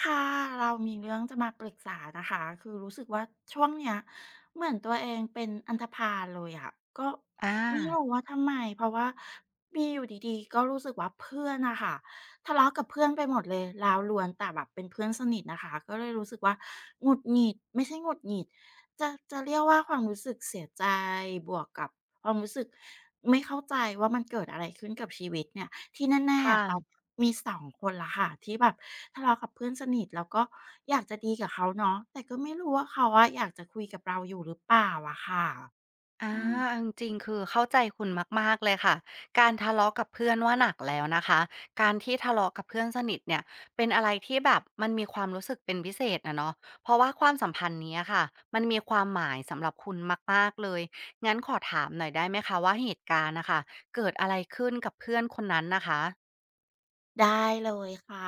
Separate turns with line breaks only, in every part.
ค่ะเรามีเรื่องจะมาปรึกษานะคะคือรู้สึกว่าช่วงเนี้ยเหมือนตัวเองเป็นอันธพาลเลยอะก็
อา
ไม่รู้ว่าทำไมเพราะว่ามีอยู่ดีๆก็รู้สึกว่าเพื่อนน่ะค่ะทะเลาะกับเพื่อนไปหมดเลยแล้วล้วนแต่แบบเป็นเพื่อนสนิทนะคะก็เลยรู้สึกว่าหงุดหงิดไม่ใช่หงุดหงิดจะเรียกว่าความรู้สึกเสียใจบวกกับความรู้สึกไม่เข้าใจว่ามันเกิดอะไรขึ้นกับชีวิตเนี่ย ที่แน่
ค่ะ
ๆตอนมี2คนละค่ะที่แบบทะเลาะกับเพื่อนสนิทแล้วก็อยากจะดีกับเขาเนาะแต่ก็ไม่รู้ว่าเขาอะอยากจะคุยกับเราอยู่หรือเปล่าอะค่ะ
อา
อื
เอา
ม
จริงๆคือเข้าใจคุณมากๆ เลยค่ะ การทะเลาะกับเพื่อนว่าหนักแล้วนะคะ การที่ทะเลาะกับเพื่อนสนิทเนี่ย เป็นอะไรที่แบบมันมีความรู้สึกเป็นพิเศษอะเนาะเพราะว่าความสัมพันธ์นี้อะค่ะมันมีความหมายสำหรับคุณมากๆเลย งั้นขอถามหน่อยได้ไหมคะว่าเหตุการณ์น่ะค่ะเกิดอะไรขึ้นกับเพื่อนคนนั้นน่ะคะ
ได้เลยค่ะ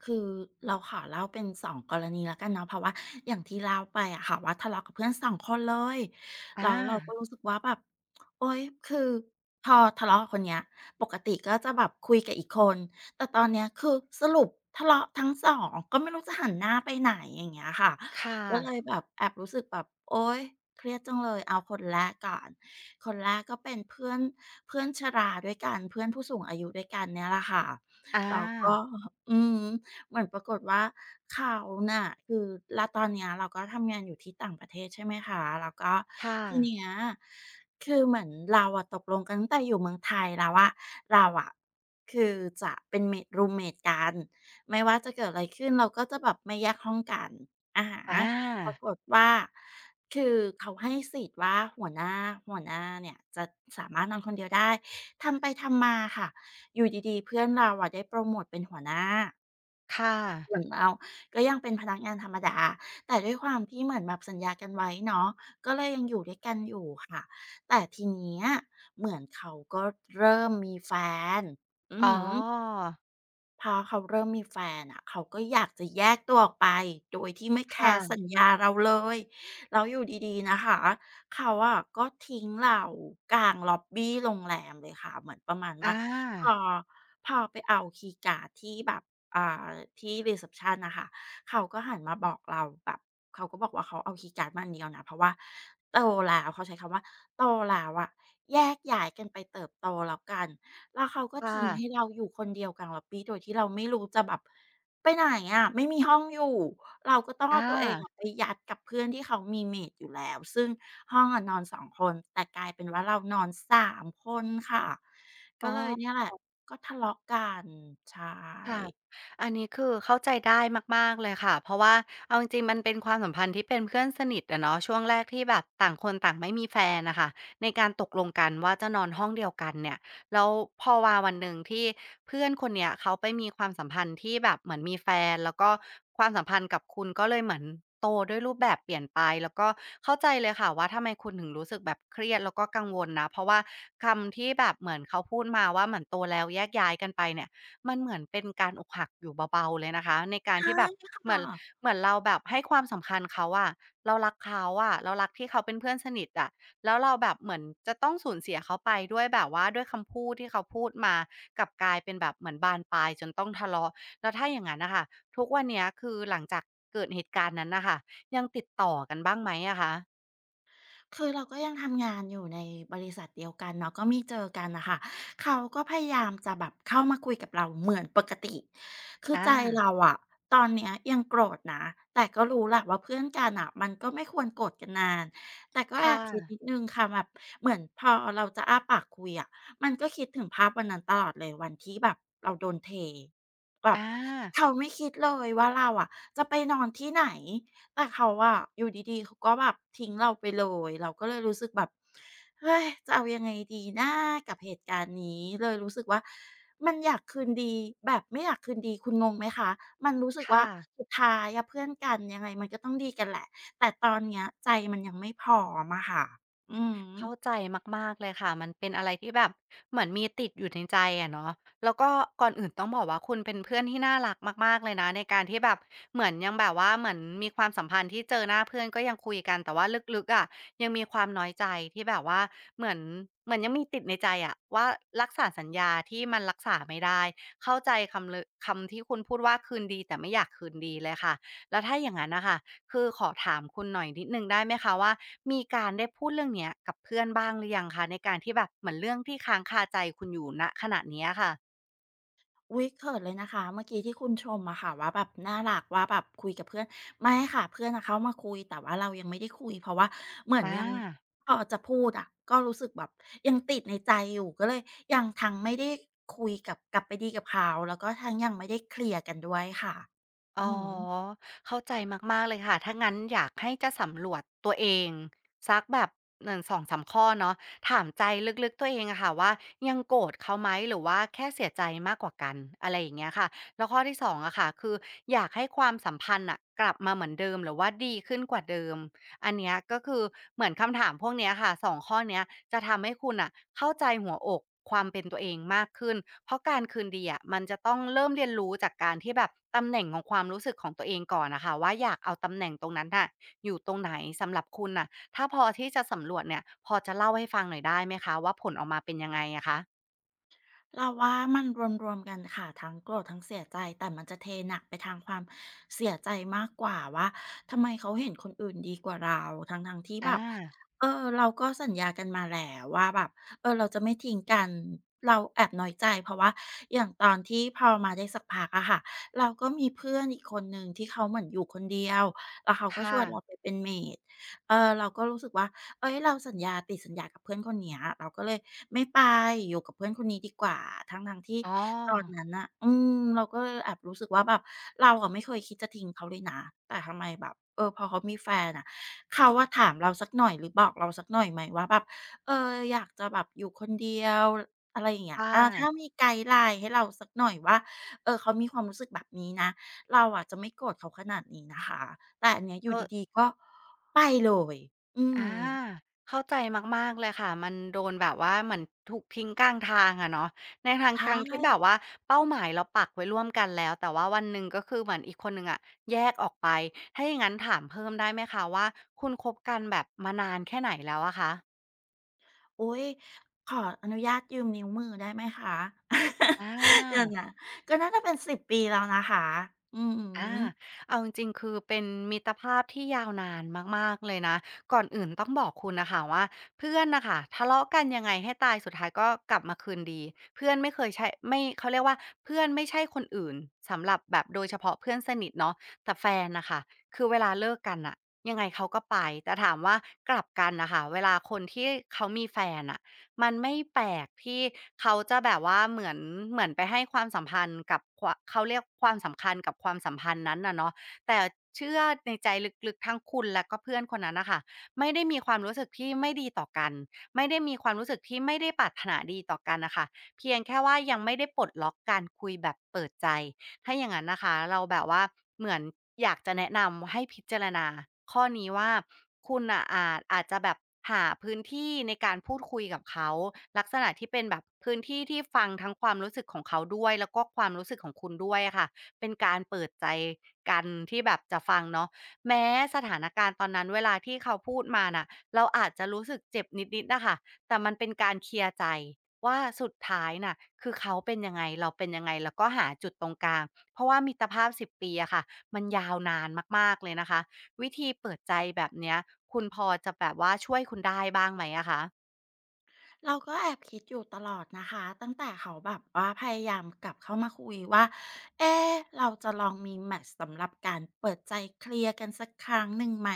คือเราขอเล่าเป็นสองกรณีแล้วกันเนาะเพราะว่าอย่างที่เล่าไปอะค่ะว่าทะเลาะกับเพื่อนสองคนเลยแล้
อา
วเราก็รู้สึกว่าแบบโอ๊ยคือพอทะเลาะกับคนเนี้ยปกติก็จะแบบคุยกับอีกคนแต่ตอนเนี้ยคือสรุปทะเลาะทั้งสองก็ไม่รู้จะหันหน้าไปไหนอย่างเงี้ยค่ะ
ค่ะ
ก็เลยแบบแอบรู้สึกแบบโอ๊ยเครียดจังเลยเอาคนแรกก่อนคนแรกก็เป็นเพื่อนเพื่อนชราด้วยกันเพื่อนผู้สูงอายุด้วยกันเนี่ยแหละค่ะ
อา
เราก็อืมเหมือนปรากฏว่าเขาน่ะคือแล้วตอนเนี้ยเราก็ทำงานอยู่ที่ต่างประเทศใช่ไหมคะแล้วก็
ค่ะ
ทีเนี้ยคือเหมือนเราอะตกลงกันตั้งแต่อยู่เมืองไทยแล้วว่าเราอะคือจะเป็นเมตรูมเมตกันไม่ว่าจะเกิดอะไรขึ้นเราก็จะแบบไม่แยกห้องกันอะฮะ
อ
ปรา
า
กฏว่าคือเขาให้สิทธิ์ว่าหัวหน้าหัวหน้าเนี่ยจะสามารถนอนคนเดียวได้ทำไปทำมาค่ะ อยู่ดีๆเพื่อนเราอะได้โปรโมตเป็นหัวหน้า
ค่ะ
ส่วนเราก็ยังเป็นพนักงานธรรมดาแต่ด้วยความที่เหมือนแบบสัญญากันไว้เนาะก็เลยยังอยู่ด้วยกันอยู่ค่ะแต่ทีเนี้ยเหมือนเขาก็เริ่มมีแฟนอือ
อ๋อ
หือ พอเขาเริ่มมีแฟนอะเขาก็อยากจะแยกตัวออกไปโดยที่ไม่แคร์สั
ค่ะ
ญญาเราเลยแล้วอยู่ดีๆนะคะเขาอะก็ทิ้งเรากลางล็อบบีโรงแรมเลยค่ะเหมือนประมาณว่า
อา
พอพอไปเอาคีย์การ์ดที่แบบอ่าที่รีเซปชันนะคะเขาก็หันมาบอกเราแบบเขาก็บอกว่าเขาเอาคีย์การ์ดมาอันเดียวนะเพราะว่าโตแล้วเขาใช้คำว่าโตแล้วอะแยกย้ายกันไปเติบโตแล้วกัน แล้วเขาก็
ค่ะ
ทิ้งให้เราอยู่คนเดียวกลางล็อบบีโดยที่เราไม่รู้จะแบบไปไหนอะไม่มีห้องอยู่เราก็ต้องเอาตัวเอง
อา
อะไปยัดกับเพื่อนที่เขามีเมตอยู่แล้วซึ่งห้องอะนอนสองคนแต่กลายเป็นว่าเรานอนสามคนค่ะก็
อ๋อ
เลยเนี่ยแหละก็ทะเลาะกันใช
ค่ะ
่
อันนี้คือเข้าใจได้มากๆเลยค่ะ เพราะว่าเอาจริงๆมันเป็นความสัมพันธ์ที่เป็นเพื่อนสนิทอะเนาะช่วงแรกที่แบบต่างคนต่างไม่มีแฟนน่ะค่ะในการตกลงกันว่าจะนอนห้องเดียวกันเนี่ยแล้วพอมาวันหนึ่งที่เพื่อนคนเนี้ยเขาไปมีความสัมพันธ์ที่แบบเหมือนมีแฟนแล้วก็ความสัมพันธ์กับคุณก็เลยเหมือนโตด้วยรูปแบบเปลี่ยนไปแล้วก็เข้าใจเลยค่ะว่าทำไมคุณถึงรู้สึกแบบเครียดแล้วก็กังวลนะเพราะว่าคำที่แบบเหมือนเขาพูดมาว่าเหมือนโตแล้วแยกย้ายกันไปเนี่ย มันเหมือนเป็นการอกหักอยู่เบาๆเลยนะคะในการ
ใช่
ที่แบบเห
ค่ะ
มือนเราแบบให้ความสำคัญเขาอะเรารักเขาอะเรารักที่เขาเป็นเพื่อนสนิทอะแล้วเราแบบเหมือนจะต้องสูญเสียเขาไปด้วยแบบว่าด้วยคำพูดที่เขาพูดมากลับกลายเป็นแบบเหมือนบานปลายจนต้องทะเลาะแล้วถ้าอย่างงั้นน่ะค่ะทุกวันเนี้ยคือหลังจากเกิดเหตุการณ์นั้นน่ะค่ะยังติดต่อกันบ้างไหมอะคะ
คือเราก็ยังทำงานอยู่ในบริษัทเดียวกันเนาะก็มีเจอกันนะค่ะเขาก็พยายามจะแบบเข้ามาคุยกับเราเหมือนปกติคือ
อา
ใจเราอะตอนเนี้ยยังโกรธนะแต่ก็รู้แหละว่าเพื่อนกันอะมันก็ไม่ควรโกรธกันนานแต่ก็แอ
ค่ะ
บคิดนิดนึงค่ะแบบเหมือนพอเราจะอ้าปากคุยอะมันก็คิดถึงภาพวันนั้นตลอดเลยวันที่แบบเราโดนเท แบ
อ
บ
า
เขาไม่คิดเลยว่าเราอะจะไปนอนที่ไหน แต่เขาอะอยู่ดีๆเขาก็แบบทิ้งเราไปเลย เราก็เลยรู้สึกแบบเฮ้ยจะเอายังไงดีนะกับเหตุการณ์นี้เลยรู้สึกว่ามันอยากคืนดีแบบไม่อยากคืนดีคุณงงไหมคะมันรู้สึกว่า
ค่ะ
สุดท้ายอะเพื่อนกันยังไงมันก็ต้องดีกันแหละแต่ตอนเนี้ยใจมันยังไม่พร้อมอะค่ะอื
เข้าใจ
ม
มากๆเลยค่ะมันเป็นอะไรที่แบบเหมือนมีติดอยู่ในใจอะเนาะแล้วก็ก่อนอื่นต้องบอกว่าคุณเป็นเพื่อนที่น่ารักมากๆเลยนะในการที่แบบเหมือนยังแบบว่าเหมือนมีความสัมพันธ์ที่เจอหน้าเพื่อนก็ยังคุยกันแต่ว่าลึกๆอะยังมีความน้อยใจที่แบบว่าเหมือนยังมีติดในใจอะว่ารักษาสัญญาที่มันรักษาไม่ได้เข้าใจคำที่คุณพูดว่าคืนดีแต่ไม่อยากคืนดีเลยค่ะแล้วถ้าอย่างงั้นน่ะค่ะ คือขอถามคุณหน่อยนิดนึงได้ไหมคะว่ามีการได้พูดเรื่องเนี้ยกับเพื่อนบ้างหรือยังคะในการที่แบบเหมือนเรื่องที่ค้างคาใจคุณอยู่ณขณะเนี้ยค่ะ
อุ๊ยเขินเลยนะคะเมื่อกี้ที่คุณชมอะค่ะว่าแบบน่ารักว่าแบบคุยกับเพื่อนไม่ค่ะเพื่อนอะเข้ามาคุยแต่ว่าเรายังไม่ได้คุยเพราะว่าเหมือน
อา
ยังพอจะพูดอะก็รู้สึกแบบยังติดในใจอยู่ก็เลยยังทั้งไม่ได้คุยกับกลับไปดีกับเขาแล้วก็ทั้งยังไม่ได้เคลียร์กันด้วยค่ะอื
อ๋อ
อฮึ
เข้าใจมากๆเลยค่ะถ้างั้นอยากให้จะสำรวจตัวเองสักแบบหนึ่งสองสามข้อเนาะถามใจลึกๆตัวเองอะค่ะว่ายังโกรธเขาไหมหรือว่าแค่เสียใจมากกว่ากันอะไรอย่างเงี้ยค่ะแล้วข้อที่สองอะค่ะคืออยากให้ความสัมพันธ์อ่ะกลับมาเหมือนเดิมหรือว่าดีขึ้นกว่าเดิม อันเนี้ยก็คือเหมือนคำถามพวกเนี้ยค่ะสองข้อเนี้ยจะทำให้คุณอ่ะเข้าใจหัวอกความเป็นตัวเองมากขึ้นเพราะการคืนดีอะมันจะต้องเริ่มเรียนรู้จากการที่แบบตำแหน่งของความรู้สึกของตัวเองก่อนนะคะว่าอยากเอาตำแหน่งตรงนั้นน่ะอยู่ตรงไหนสำหรับคุณน่ะถ้าพอที่จะสำรวจเนี่ยพอจะเล่าให้ฟังหน่อยได้ไหมคะว่าผลออกมาเป็นยังไงอะคะ
เราว่ามันรวมๆกันค่ะทั้งโกรธทั้งเสียใจแต่มันจะเทหนักไปทางความเสียใจมากกว่าว่าทำไมเขาเห็นคนอื่นดีกว่าเราทั้งๆที่แบ
อา
บเออเราก็สัญญากันมาแล้วว่าแบบเราจะไม่ทิ้งกันเราแอบน้อยใจเพราะว่าอย่างตอนที่พอมาได้สักพักอะค่ะเราก็มีเพื่อนอีกคนหนึ่งที่เขาเหมือนอยู่คนเดียวแล้วเขาก็ช
ค่ะ
วนเราไปเป็นเมดเออเราก็รู้สึกว่า เอ้ยเราสัญญากับเพื่อนคนเนี้ยเราก็เลยไม่ไปอยู่กับเพื่อนคนนี้ดีกว่าทั้งๆที่
อ๋
ตอน
อ
นั้นน่ะเราก็เลยแอบรู้สึกว่าแบบเราอะไม่เคยคิดจะทิ้งเขาเลยนะแต่ทำไมแบบพอเขามีแฟนอะเขาอะถามเราสักหน่อยหรือบอกเราสักหน่อยไหมว่าแบบเอออยากจะแบบอยู่คนเดียวอะไรอย่างเงี้ย
ค่
ถ้า
ะ
มีไกด์ไลน์ให้เราสักหน่อยว่าเขามีความรู้สึกแบบนี้นะเราอะจะไม่โกรธเขาขนาดนี้นะคะแต่อันเนี้ยอ
เอ
ยู่
อ
ดีๆก็ไปเลยอื
อา
ม
เข้าใจมากๆเลยค่ะมันโดนแบบว่าเหมือนถูกทิ้งกลางทางอะเนาะใน
ใช่
ทางที่แบบว่าเป้าหมายเราปักไว้ร่วมกันแล้วแต่ว่าวันหนึ่งก็คือเหมือนอีกคนหนึ่งอะแยกออกไปถ้าอย่างงั้นถามเพิ่มได้ไหมคะว่าคุณคบกันแบบมานานแค่ไหนแล้วอะคะ
อุ๊ยขออนุญาตยืมนิ้วมือได้ไหมคะ
อ
เดี๋ยว
า
นะก็น่าจะเป็น10 ปีแล้วนะคะอือฮึ
อาเอาจริงๆคือเป็นมิตรภาพที่ยาวนานมากๆเลยนะก่อนอื่นต้องบอกคุณน่ะค่ะว่าเพื่อนน่ะค่ะทะเลาะกันยังไงให้ตายสุดท้ายก็กลับมาคืนดีเพื่อนไม่เคยใช่ไม่เขาเรียกว่าเพื่อนไม่ใช่คนอื่นสำหรับแบบโดยเฉพาะเพื่อนสนิทเนาะแต่แฟนน่ะค่ะคือเวลาเลิกกันน่ะยังไงเขาก็ไปแต่ถามว่ากลับกันน่ะค่ะเวลาคนที่เขามีแฟนอะ มันไม่แปลกที่เขาจะแบบว่าเหมือนไปให้ความสัมพันธ์กับควะเขาเรียกความสำคัญกับความสัมพันธ์นั้นน่ะเนาะแต่เชื่อในใจลึกๆทั้งคุณและก็เพื่อนคนนั้นน่ะค่ะไม่ได้มีความรู้สึกที่ไม่ดีต่อกันไม่ได้มีความรู้สึกที่ไม่ได้ปรารถนาดีต่อกันน่ะค่ะเพียงแค่ว่ายังไม่ได้ปลดล็อกการคุยแบบเปิดใจ ถ้าอย่างงั้นนะคะเราแบบว่าเหมือนอยากจะแนะนำให้พิจารณาข้อนี้ว่าคุณน่ะอาจจะแบบหาพื้นที่ในการพูดคุยกับเขาลักษณะที่เป็นแบบพื้นที่ที่ฟังทั้งความรู้สึกของเขาด้วยแล้วก็ความรู้สึกของคุณด้วยอะค่ะเป็นการเปิดใจกันที่แบบจะฟังเนาะแม้สถานการณ์ตอนนั้นเวลาที่เขาพูดมาน่ะเราอาจจะรู้สึกเจ็บนิดๆนะคะแต่มันเป็นการเคลียร์ใจ ว่าสุดท้ายน่ะคือเขาเป็นยังไงเราเป็นยังไงแล้วก็หาจุดตรงกลางเพราะว่ามิตรภาพ10 ปีอะค่ะมันยาวนานมากๆเลยนะคะวิธีเปิดใจแบบเนี้ยคุณพอจะแบบว่าช่วยคุณได้บ้างไหมอะคะ
เราก็แอบคิดอยู่ตลอดนะคะตั้งแต่เขาแบบว่าพยายามกลับเข้ามาคุยว่าเอ๊ะเราจะลองมีแมตช์สำหรับการเปิดใจเคลียร์กันสักครั้งหนึ่งไหม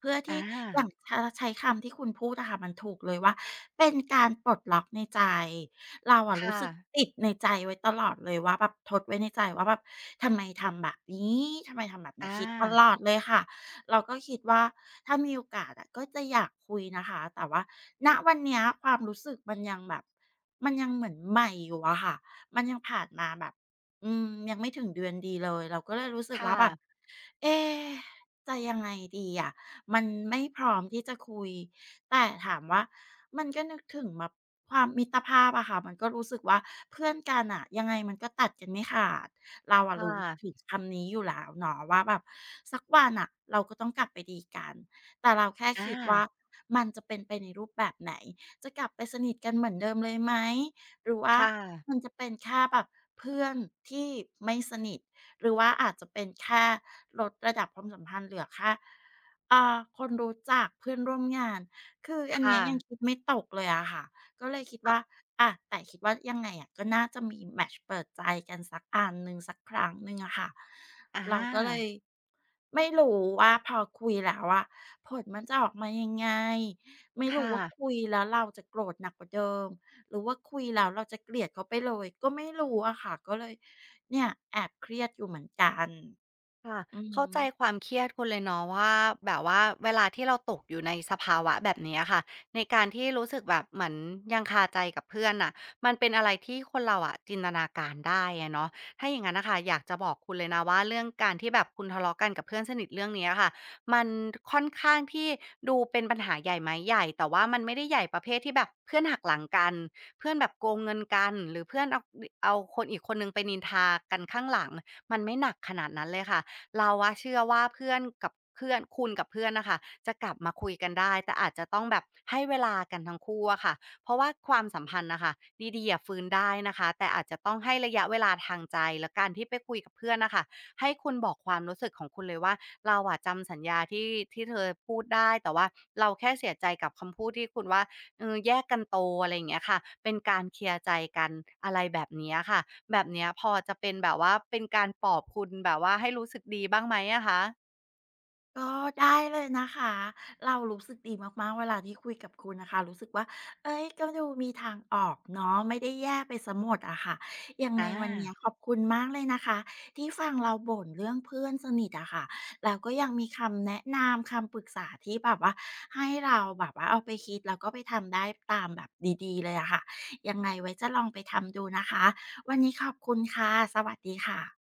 เพื่อ
อ
ที่อย่าง
า
ถ้าใช้คำที่คุณพูดอะค่ะมันถูกเลยว่าเป็นการปลดล็อกในใจเราอะรู้
ค่ะ
สึกติดในใจไว้ตลอดเลยว่าแบบทดไว้ในใจว่าแบบทำไมทำแบบนี้ทำไมทำแบบเนี้ย
อา
คิดตลอดเลยค่ะ เราก็คิดว่าถ้ามีโอกาสอะก็จะอยากคุยนะคะแต่ว่าณวันเนี้ยความรู้สึกมันยังแบบมันยังเหมือนใหม่อยู่อะค่ะมันยังผ่านมาแบบยังไม่ถึงเดือนดีเลยเราก็เลยรู้สึกว่า
ค่ะ
แบบเอ๊จะยังไงดีอะมันไม่พร้อมที่จะคุยแต่ถามว่ามันก็นึกถึงแบบความมิตรภาพอะค่ะมันก็รู้สึกว่าเพื่อนกันน่ะยังไงมันก็ตัดกันไม่ขาด เราอะ
ค่ะ
รู้ถึงคำนี้อยู่แล้วเนาะว่าแบบสักวันอะเราก็ต้องกลับไปดีกันแต่เราแค่
อา
คิดว่ามันจะเป็นไปในรูปแบบไหนจะกลับไปสนิทกันเหมือนเดิมเลยไหมหรือว่า
ค่ะ
มันจะเป็นแค่แบบเพื่อนที่ไม่สนิทหรือว่าอาจจะเป็นแค่ลดระดับความสัมพันธ์เหลือแค่คนรู้จักเพื่อนร่วมงานคืออันเนี้
ค่ะ
ยยังคิดไม่ตกเลยอะค่ะ ก็เลยคิดว่า
อ
อะแต่คิดว่ายังไงอะก็น่าจะมีแมตช์เปิดใจกันสักอันหนึ่งสักครั้งหนึ่งอะค่ะ
อา
เราก็เลยไม่รู้ว่าพอคุยแล้วอะผลมันจะออกมายังไงไม่รู้
ค่ะ
ว่าคุยแล้วเราจะโกรธหนักกว่าเดิมหรือว่าคุยแล้วเราจะเกลียดเขาไปเลยก็ไม่รู้อะค่ะก็เลยเนี่ยแอบเครียดอยู่เหมือนกัน
ค่ะ
อือฮึ
เข้าใจความเครียดคุณเลยเนาะว่าแบบว่าเวลาที่เราตกอยู่ในสภาวะแบบนี้อะค่ะในการที่รู้สึกแบบเหมือนยังคาใจกับเพื่อนน่ะมันเป็นอะไรที่คนเราอะจินตนาการได้อะเนาะถ้าอย่างนั้นน่ะค่ะอยากจะบอกคุณเลยนะว่าเรื่องการที่แบบคุณทะเลาะกันกับเพื่อนสนิทเรื่องนี้อะค่ะมันค่อนข้างที่ดูเป็นปัญหาใหญ่ไหมใหญ่แต่ว่ามันไม่ได้ใหญ่ประเภทที่แบบเพื่อนหักหลังกันเพื่อนแบบโกงเงินกันหรือเพื่อนเอาคนอีกคนหนึ่งไปนินทากันข้างหลังมันไม่หนักขนาดนั้นเลยค่ะ เราอะเชื่อว่าเพื่อนกับเพื่อนคุณกับเพื่อนนะคะจะกลับมาคุยกันได้แต่อาจจะต้องแบบให้เวลากันทั้งคู่อะค่ะเพราะว่าความสัมพันธ์นะคะดีๆอะฟื้นได้นะคะแต่อาจจะต้องให้ระยะเวลาทางใจและการที่ไปคุยกับเพื่อนนะคะให้คุณบอกความรู้สึกของคุณเลยว่าเราอะจำสัญญาที่เธอพูดได้แต่ว่าเราแค่เสียใจกับคำพูดที่คุณว่า เออแยกกันโตอะไรอย่างเงี้ยค่ะ เป็นการเคลียร์ใจกันอะไรแบบเนี้ยค่ะ แบบเนี้ยพอจะเป็นแบบว่าเป็นการปลอบคุณแบบว่าให้รู้สึกดีบ้างไหมอะคะ
ก็ได้เลยนะคะเรารู้สึกดีมากๆเวลาที่คุยกับคุณนะคะรู้สึกว่าเอ้ยก็ดูมีทางออกเนาะไม่ได้แย่ไปสมหมดอะค่ะยัง
อ
ไงวันเนี้ย
า
ขอบคุณมากเลยนะคะที่ฟังเราบ่นเรื่องเพื่อนสนิทอะค่ะแล้วก็ยังมีคำแนะนำคำปรึกษาที่แบบว่าให้เราแบบว่าเอาไปคิดแล้วก็ไปทำได้ตามแบบดีๆเลยอะค่ะยังไงไว้จะลองไปทำดูนะคะวันนี้ขอบคุณค่ะสวัสดีค่ะ